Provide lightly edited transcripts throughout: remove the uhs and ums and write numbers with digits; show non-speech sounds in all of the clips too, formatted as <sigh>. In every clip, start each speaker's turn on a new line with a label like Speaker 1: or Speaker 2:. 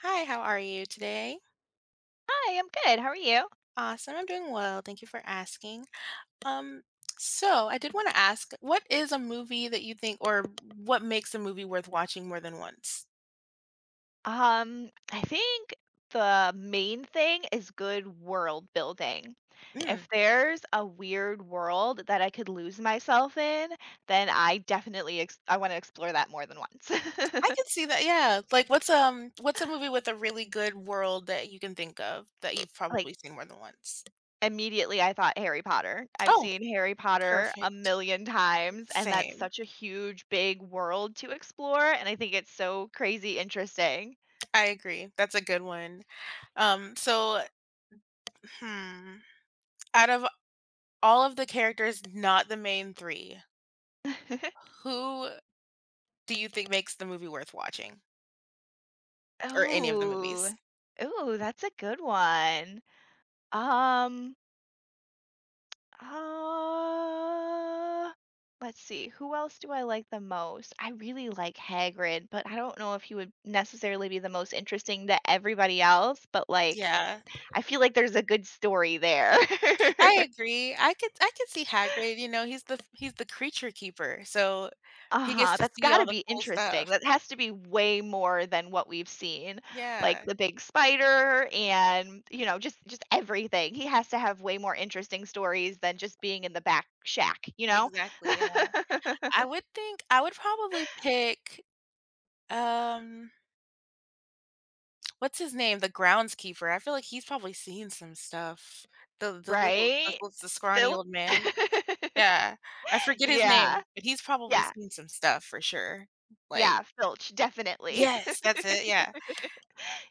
Speaker 1: Hi, how are you today?
Speaker 2: Hi, I'm good. How are you?
Speaker 1: Awesome, I'm doing well. Thank you for asking. Um, so I did want to ask, what is a movie that you think, or what makes a movie worth watching more than once?
Speaker 2: I think the main thing is good world building. If
Speaker 1: Mm,
Speaker 2: there's a weird world that I could lose myself in, then I definitely I want to explore that more than once.
Speaker 1: I
Speaker 2: <laughs>
Speaker 1: can see that. Yeah, like what's a movie with a really good world that you can think of that you've
Speaker 2: Like
Speaker 1: probably seen more than once?
Speaker 2: immediately I thought Harry Potter. I've
Speaker 1: Oh,
Speaker 2: seen Harry Potter a
Speaker 1: perfect.
Speaker 2: million times and that's
Speaker 1: Same.
Speaker 2: such a huge big world to explore and I think it's so crazy interesting.
Speaker 1: I agree. That's a good one. Um, so, hmm, out of all of the characters, not the main three,
Speaker 2: <laughs>
Speaker 1: who do you think makes the movie worth watching? Or any of the movies?
Speaker 2: Oh, oh, that's a good one. Um, uh, let's see. Who else do I like the most? I really like Hagrid, but I don't know if he would necessarily be the most interesting to everybody else, but like
Speaker 1: Yeah.
Speaker 2: I feel like there's a good story there.
Speaker 1: I
Speaker 2: <laughs>
Speaker 1: agree. I could see Hagrid, you know, he's the creature keeper, so he
Speaker 2: Uh-huh,
Speaker 1: gets to
Speaker 2: that's
Speaker 1: see
Speaker 2: got to
Speaker 1: all the
Speaker 2: be
Speaker 1: cool
Speaker 2: interesting.
Speaker 1: stuff.
Speaker 2: That has to be way more than what we've seen, like
Speaker 1: Yeah.
Speaker 2: the big spider and, you know, just everything. He has to have way more interesting stories than just being in the back shack, you know?
Speaker 1: Exactly, yeah.
Speaker 2: <laughs>
Speaker 1: I would think I would probably pick, um, what's his name? The groundskeeper. I feel like he's probably seen some stuff. The
Speaker 2: Right?
Speaker 1: what's the scrawny
Speaker 2: Filch?
Speaker 1: old
Speaker 2: <laughs>
Speaker 1: man? Yeah. I forget his
Speaker 2: Yeah.
Speaker 1: name, but he's probably
Speaker 2: Yeah.
Speaker 1: seen some stuff for sure. Like
Speaker 2: Yeah, Filch, definitely.
Speaker 1: yes, that's it,
Speaker 2: <laughs>
Speaker 1: yeah.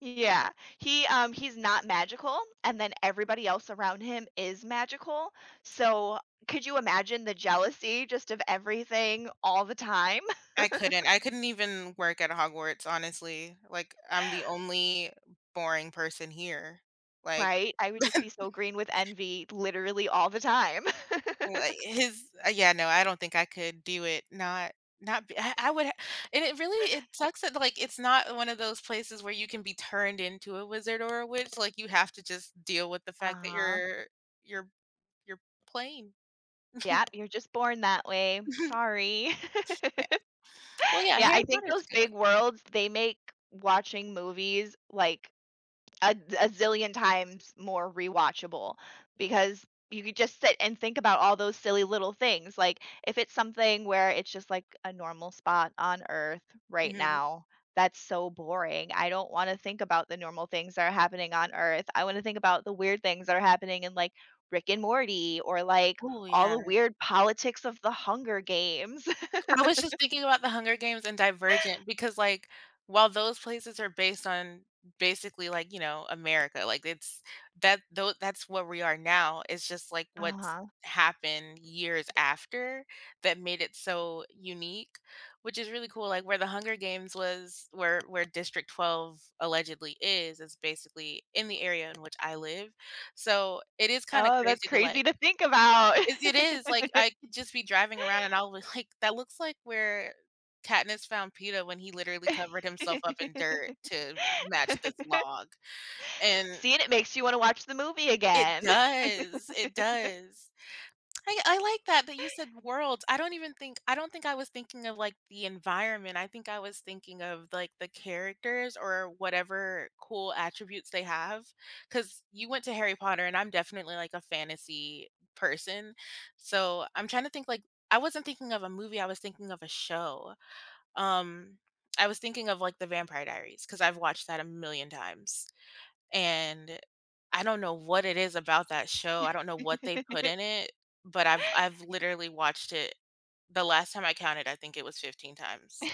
Speaker 2: Yeah. He, he's not magical, and then everybody else around him is magical, so could you imagine the jealousy just of everything all the time? <laughs>
Speaker 1: I couldn't. I couldn't even work at Hogwarts, honestly. Like, I'm the only boring person here. Like,
Speaker 2: Right? I would just be so green with envy literally all the time. <laughs>
Speaker 1: wha his yeah, no, I don't think I could do it. Not not be I would ha- And it really it sucks that, like, it's not one of those places where you can be turned into a wizard or a witch, like, you have to just deal with the fact that
Speaker 2: Uh-huh.
Speaker 1: you're you're plain. <laughs>
Speaker 2: Yep, you're just born that way. Sorry. <laughs>
Speaker 1: Yeah. Well, yeah,
Speaker 2: Yeah,
Speaker 1: Harry
Speaker 2: I think
Speaker 1: Potter's a
Speaker 2: those
Speaker 1: good
Speaker 2: big
Speaker 1: one.
Speaker 2: worlds, they make watching movies, like, a zillion times more rewatchable because you could just sit and think about all those silly little things. Like if it's something where it's just like a normal spot on Earth right
Speaker 1: Mhm.
Speaker 2: now, that's so boring. I don't want to think about the normal things that are happening on Earth. I want to think about the weird things that are happening in like Rick and Morty or like
Speaker 1: Ooh,
Speaker 2: all
Speaker 1: yeah.
Speaker 2: the weird politics of the Hunger Games. <laughs>
Speaker 1: I was just thinking about The Hunger Games and Divergent because, like, while those places are based on basically like, you know, America, like it's that though that's where we are now. It's just like what's
Speaker 2: Uh-huh.
Speaker 1: happened years after that made it so unique, which is really cool. Like where The Hunger Games was, where District 12 allegedly is basically in the area in which I live. So it is kind of
Speaker 2: Oh, that's
Speaker 1: crazy to
Speaker 2: crazy
Speaker 1: like
Speaker 2: to think about.
Speaker 1: it it is, like, I could just be driving around and I'll be like, <laughs> "That looks like where Katniss found Peeta when he literally covered himself up in dirt to match this
Speaker 2: <laughs>
Speaker 1: log." And
Speaker 2: See, and it makes you wanna watch the movie
Speaker 1: it
Speaker 2: again.
Speaker 1: does, it does. I like that, that you said worlds. I don't think I was thinking of like the environment. I think I was thinking of like the characters or whatever cool attributes they have. Cause you went to Harry Potter and I'm definitely like a fantasy person. So I'm trying to think like I wasn't thinking of a movie, I was thinking of a show. Um I was thinking of like the Vampire Diaries because I've watched that a million times and I don't know what it is about that show. I don't know what they put
Speaker 2: <laughs>
Speaker 1: in it, but I've literally watched it the last time I counted, I think it was 15 times.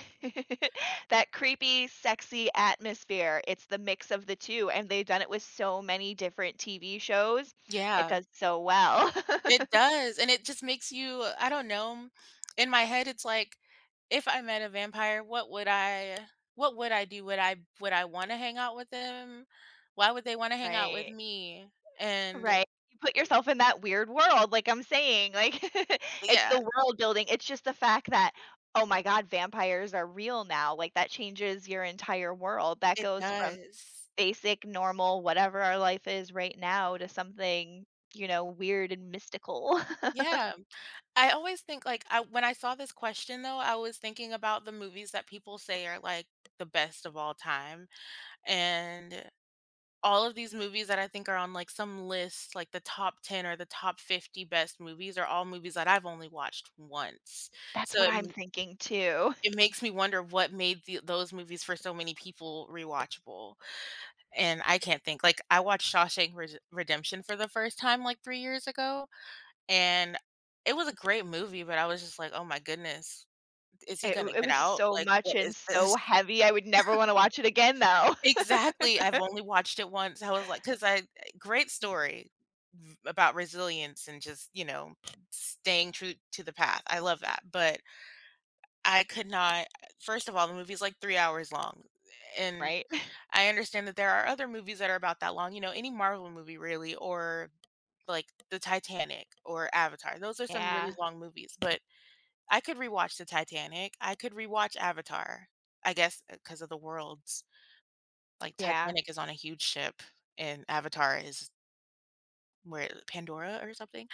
Speaker 2: That creepy, sexy atmosphere, it's the mix of the 2, and they've done it with so many different TV shows. It
Speaker 1: Yeah,
Speaker 2: does so well.
Speaker 1: it
Speaker 2: <laughs>
Speaker 1: does, and it just makes you I don't know. In my head it's like if I met a vampire, what would I do? Would I want to hang out with them? Why would they want to hang out with
Speaker 2: Right.
Speaker 1: me? And
Speaker 2: Right. You put yourself in that weird world, like I'm saying, like, <laughs> it's
Speaker 1: yeah,
Speaker 2: the world building, it's just the fact that, "Oh my god, vampires are real now," like, that changes your entire world. That
Speaker 1: it
Speaker 2: goes from
Speaker 1: does.
Speaker 2: basic, normal, whatever our life is right now to something, you know, weird and mystical. <laughs>
Speaker 1: Yeah. I always think like I when I saw this question though, I was thinking about the movies that people say are like the best of all time. And all of these movies that I think are on like some list, like the top 10 or the top 50 best movies, are all movies that I've only watched once.
Speaker 2: That's
Speaker 1: So
Speaker 2: what I'm
Speaker 1: it,
Speaker 2: thinking too.
Speaker 1: it makes me wonder what made the, those movies for so many people rewatchable. And I can't think. Like, I watched Shawshank Res- Redemption for the first time like 3 years ago, and it was a great movie, but I was just like, oh my goodness, is he
Speaker 2: It
Speaker 1: gonna
Speaker 2: it
Speaker 1: get
Speaker 2: was
Speaker 1: out?
Speaker 2: so
Speaker 1: Like,
Speaker 2: much
Speaker 1: what
Speaker 2: and
Speaker 1: is
Speaker 2: so
Speaker 1: this? <laughs>
Speaker 2: heavy, I would never wanna watch it again though,
Speaker 1: Exactly, I've only watched it once, I was like, "Cause I eh, great story v about resilience and just, you know, staying true to the path, I love that, but I could not first of all, the movie's like 3 hours long, and
Speaker 2: <laughs> right?
Speaker 1: I understand that there are other movies that are about that long, you know, any Marvel movie really or, like, the Titanic or Avatar, those are some really
Speaker 2: Yeah,
Speaker 1: long movies, but I could rewatch the Titanic. I could rewatch Avatar, I guess, because of the worlds. Like,
Speaker 2: yeah,
Speaker 1: Titanic is on a huge ship, and Avatar is where Pandora or something?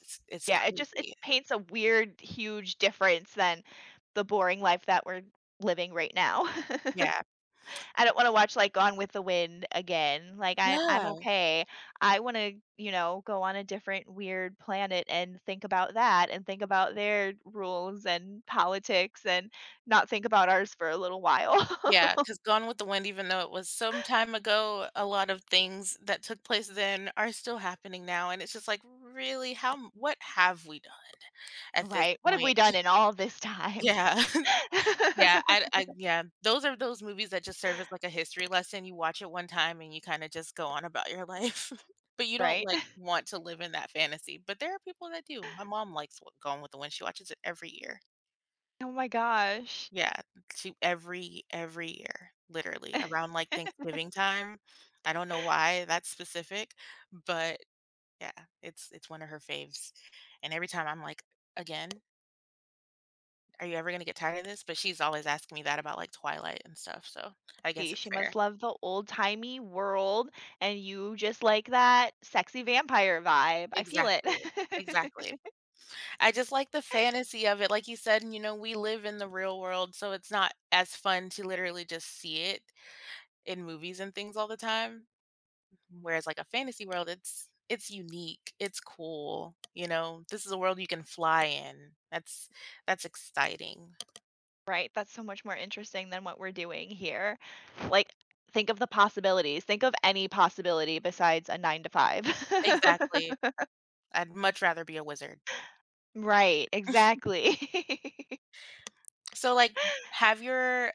Speaker 1: It's
Speaker 2: yeah, it just it
Speaker 1: crazy.
Speaker 2: paints a weird, huge difference than the boring life that we're living right now. <laughs>
Speaker 1: Yeah.
Speaker 2: I don't wanna watch, like, Gone with the Wind again. Like, I'm
Speaker 1: Yeah.
Speaker 2: okay. I wanna, you know, go on a different weird planet and think about that and think about their rules and politics and not think about ours for a little while.
Speaker 1: Yeah.
Speaker 2: <laughs>
Speaker 1: Because Gone with the Wind, even though it was some time ago, a lot of things that took place then are still happening now, and it's just like, really, how m what have we done at this
Speaker 2: Right. What have we
Speaker 1: point?
Speaker 2: done in all this time?
Speaker 1: Yeah.
Speaker 2: <laughs>
Speaker 1: Yeah, I yeah, those are those movies that just serve as, like, a history lesson, you watch it one time and you kinda just go on about your life, <laughs> but you don't,
Speaker 2: Right?
Speaker 1: like, want to live in that fantasy, but there are people that do. My mom likes w Gone with the Wind, she watches it every year.
Speaker 2: Oh my gosh.
Speaker 1: Yeah, she every year, literally, around, like, Thanksgiving time. I don't know why that's specific, but yeah, it's one of her faves, and every time I'm like, "Again? Are you ever gonna get tired of this?" But she's always asking me that about, like, Twilight and stuff, so I guess
Speaker 2: She
Speaker 1: it's
Speaker 2: she
Speaker 1: fair.
Speaker 2: must love the old-timey world, and you just like that sexy vampire vibe. I feel it.
Speaker 1: Exactly,
Speaker 2: <laughs>
Speaker 1: exactly. I just like the fantasy of it, like you said, you know, we live in the real world, so it's not as fun to literally just see it in movies and things all the time, whereas, like, a fantasy world, it's unique, it's cool, you know? This is a world you can fly in. That's exciting.
Speaker 2: Right, that's so much more interesting than what we're doing here. Like, think of the possibilities. Think of any possibility besides a 9 to 5.
Speaker 1: Exactly.
Speaker 2: <laughs>
Speaker 1: I'd much rather be a wizard.
Speaker 2: Right, exactly. <laughs>
Speaker 1: So, like, have your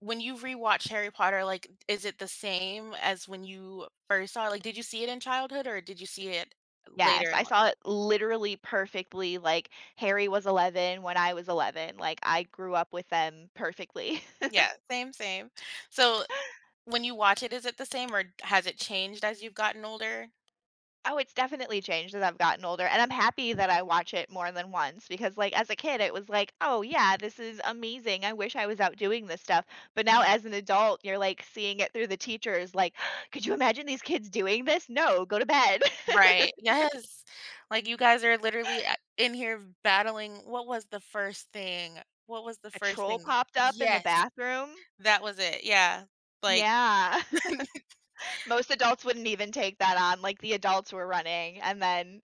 Speaker 1: when you rewatch Harry Potter, like, is it the same as when you first saw it? Like, did you see it in childhood or did you see it later
Speaker 2: Yes, I
Speaker 1: in life?
Speaker 2: saw it literally perfectly, like, Harry was 11 when I was 11, like, I grew up with them perfectly.
Speaker 1: Yeah, same, same. So, when you watch it, is it the same or has it changed as you've gotten older?
Speaker 2: Oh, it's definitely changed as I've gotten older, and I'm happy that I watch it more than once because, like, as a kid, it was like, "Oh, yeah, this is amazing. I wish I was out doing this stuff." But now
Speaker 1: Mhm.
Speaker 2: as an adult, you're, like, seeing it through the teachers, like, <gasps> "Could you imagine these kids doing this? No, go to bed." <laughs>
Speaker 1: Right. Yes. Like, you guys are literally a in here battling what was the first thing? What was the
Speaker 2: A
Speaker 1: first
Speaker 2: troll
Speaker 1: thing?
Speaker 2: popped up in the
Speaker 1: Yes,
Speaker 2: bathroom.
Speaker 1: that was it. Yeah. Like
Speaker 2: Yeah.
Speaker 1: <laughs>
Speaker 2: <laughs> Most adults wouldn't even take that on, like, the adults were running, and then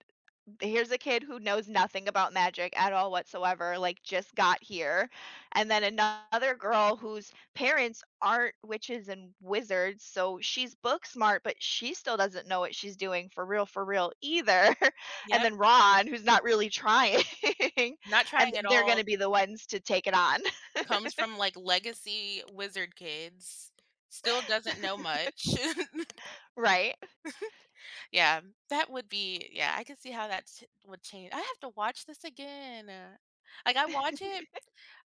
Speaker 2: here's a kid who knows nothing about magic at all whatsoever, like, just got here, and then another girl whose parents aren't witches and wizards, so she's book smart, but she still doesn't know what she's doing for real either, <laughs> and
Speaker 1: Yep.
Speaker 2: then Ron, who's not really trying, <laughs>
Speaker 1: Not
Speaker 2: and
Speaker 1: trying at
Speaker 2: they're gonna
Speaker 1: all
Speaker 2: be the ones to take it on, <laughs>
Speaker 1: comes from, like, legacy wizard kids, still doesn't know much. <laughs>
Speaker 2: right?
Speaker 1: Yeah, that would be yeah, I could see how that ch would change I have to watch this again. Like, I watch it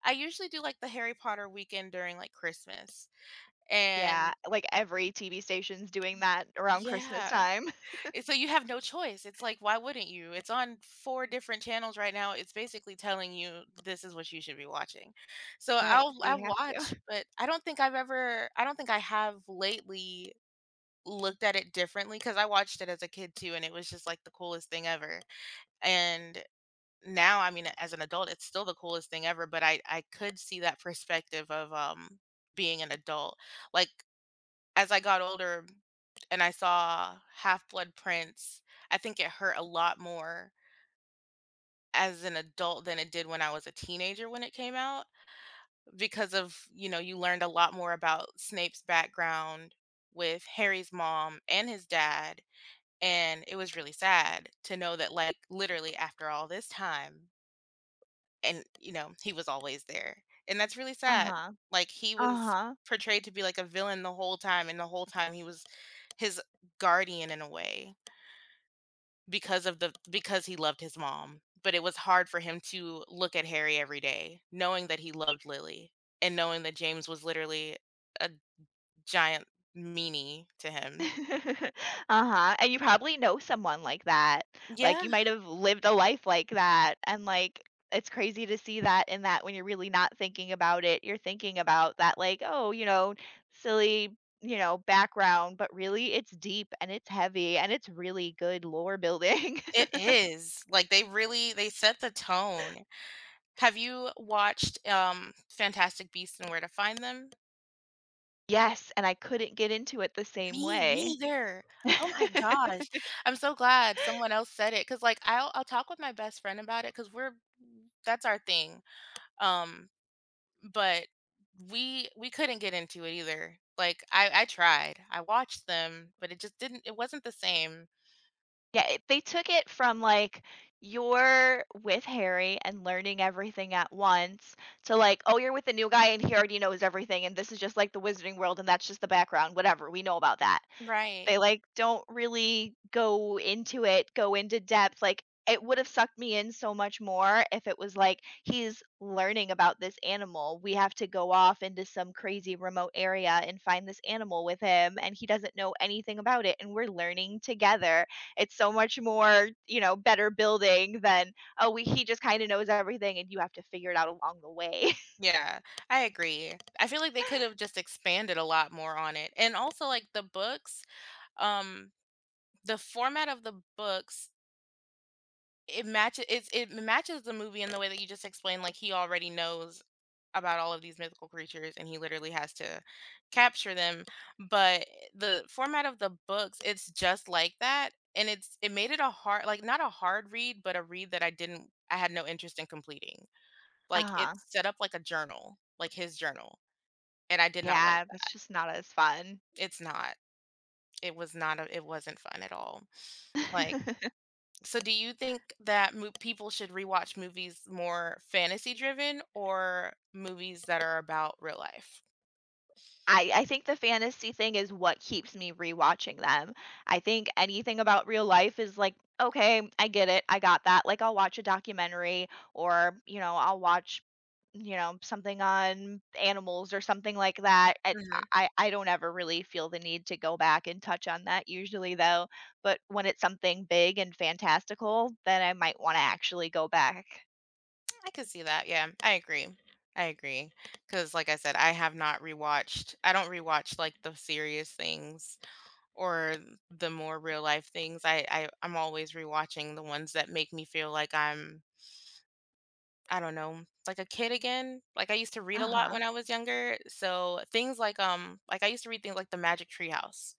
Speaker 1: I usually do, like, the Harry Potter weekend during, like, Christmas,
Speaker 2: Yeah,
Speaker 1: and
Speaker 2: like, every TV station's doing
Speaker 1: y
Speaker 2: that around Christmas
Speaker 1: yeah.
Speaker 2: time.
Speaker 1: It's so you have no choice. It's like, why wouldn't you? It's on four different channels right now. It's basically telling you this is what you should be watching. So
Speaker 2: Right, so
Speaker 1: I'll I
Speaker 2: you have
Speaker 1: watch,
Speaker 2: to. <laughs>
Speaker 1: but I don't think I have lately looked at it differently because I watched it as a kid too, and it was just like the coolest thing ever. And now, I mean, as an adult, it's still the coolest thing ever, but I could see that perspective of being an adult. Like as I got older and I saw Half Blood Prince, I think it hurt a lot more as an adult than it did when I was a teenager when it came out because of, you know, you learned a lot more about Snape's background with Harry's mom and his dad. And it was really sad to know that, like, literally after all this time, and, you know, he was always there, and that's really sad.
Speaker 2: Uh-huh.
Speaker 1: Like, he was
Speaker 2: Uh-huh.
Speaker 1: portrayed to be like a villain the whole time, and the whole time he was his guardian in a way because of the because he loved his mom, but it was hard for him to look at Harry every day knowing that he loved Lily and knowing that James was literally a giant meanie to him.
Speaker 2: <laughs> Uh-huh, and you probably know someone like that. Like,
Speaker 1: Yeah,
Speaker 2: you might have lived a life like that, and, like, it's crazy to see that in that when you're really not thinking about it, you're thinking about that, like, oh, you know, silly, you know, background, but really it's deep and it's heavy and it's really good lore building.
Speaker 1: it
Speaker 2: <laughs>
Speaker 1: is. Like, they really they set the tone. Have you watched, Fantastic Beasts and Where to Find Them?
Speaker 2: Yes, and I couldn't get into it the same
Speaker 1: Me
Speaker 2: way.
Speaker 1: neither. Oh my
Speaker 2: <laughs>
Speaker 1: gosh. I'm so glad someone else said it because like I'll talk with my best friend about it because we're that's our thing. Um, but we couldn't get into it either. Like I tried. I watched them, but it just didn't it wasn't the same.
Speaker 2: Yeah, it they took it from, like, you're with Harry and learning everything at once to, like, "Oh, you're with the new guy, and he already knows everything, and this is just like the Wizarding World, and that's just the background, whatever, we know about that."
Speaker 1: Right.
Speaker 2: They, like, don't really go into it, go into depth, like, it would've sucked me in so much more if it was like, "He's learning about this animal. We have to go off into some crazy remote area and find this animal with him, and he doesn't know anything about it, and we're learning together." It's so much more, you know, better building than, "Oh, we he just kinda knows everything, and you have to figure it out along the way." <laughs>
Speaker 1: Yeah, I agree. I feel like they could have just expanded a lot more on it. And also like the books, um the format of the books It matches the movie in the way that you just explained, like, he already knows about all of these mythical creatures, and he literally has to capture them, but the format of the books, it's just like that, and it made it a hard like, not a hard read, but a read that I had no interest in completing. Like,
Speaker 2: Uh-huh.
Speaker 1: it's set up like a journal, like his journal, and I did not like
Speaker 2: Yeah, that's
Speaker 1: that.
Speaker 2: just not as fun.
Speaker 1: It's not. It wasn't fun at all. Like
Speaker 2: <laughs>
Speaker 1: so, do you think that people should rewatch movies more fantasy driven or movies that are about real life?
Speaker 2: I think the fantasy thing is what keeps me rewatching them. I think anything about real life is like, okay, I get it. I got that. Like I'll watch a documentary or, you know, I'll watch you know something on animals or something like that
Speaker 1: Hmm,
Speaker 2: I don't ever really feel the need to go back and touch on that usually though, but when it's something big and fantastical then I might want to actually go back.
Speaker 1: I could see that. Yeah, I agree. I agree. Because, like I said, I have not rewatched, I don't rewatch like the serious things or the more real life things. I'm always rewatching the ones that make me feel like I don't know, like a kid again. Like I used to read a lot
Speaker 2: Uh-huh.
Speaker 1: when I was younger. So, things like I used to read things like The Magic Tree House.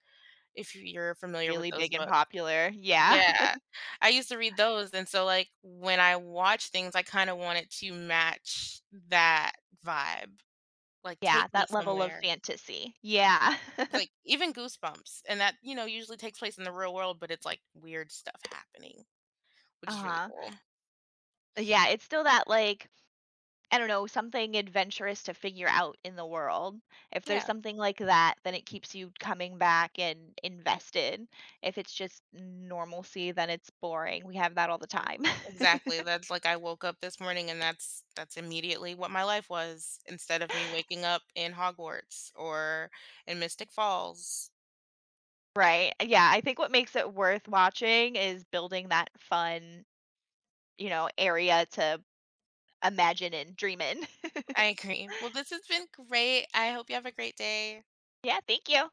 Speaker 1: If you're familiar with
Speaker 2: Really
Speaker 1: those
Speaker 2: big and
Speaker 1: books.
Speaker 2: popular, yeah. <laughs>
Speaker 1: Yeah. I used to read those, and so, like, when I watch things, I kinda want it to match that vibe, like, take
Speaker 2: Yeah,
Speaker 1: me
Speaker 2: that level of
Speaker 1: somewhere.
Speaker 2: fantasy. Yeah. <laughs>
Speaker 1: Like, even Goosebumps, and that, you know, usually takes place in the real world, but it's, like, weird stuff happening, which is really
Speaker 2: Uh-huh.
Speaker 1: cool.
Speaker 2: Yeah, it's still that, like, I don't know, something adventurous to figure out in the world. If there's
Speaker 1: Yeah,
Speaker 2: something like that, then it keeps you coming back and invested. If it's just normalcy, then it's boring. We have that all the time.
Speaker 1: exactly,
Speaker 2: <laughs>
Speaker 1: that's like, I woke up this morning, and that's immediately what my life was, instead of me waking up in Hogwarts or in Mystic Falls.
Speaker 2: Right. Yeah, I think what makes it worth watching is building that fun, you know, area to imagine and dream in. <laughs>
Speaker 1: I agree. Well, this has been great. I hope you have a great day.
Speaker 2: Yeah, thank you.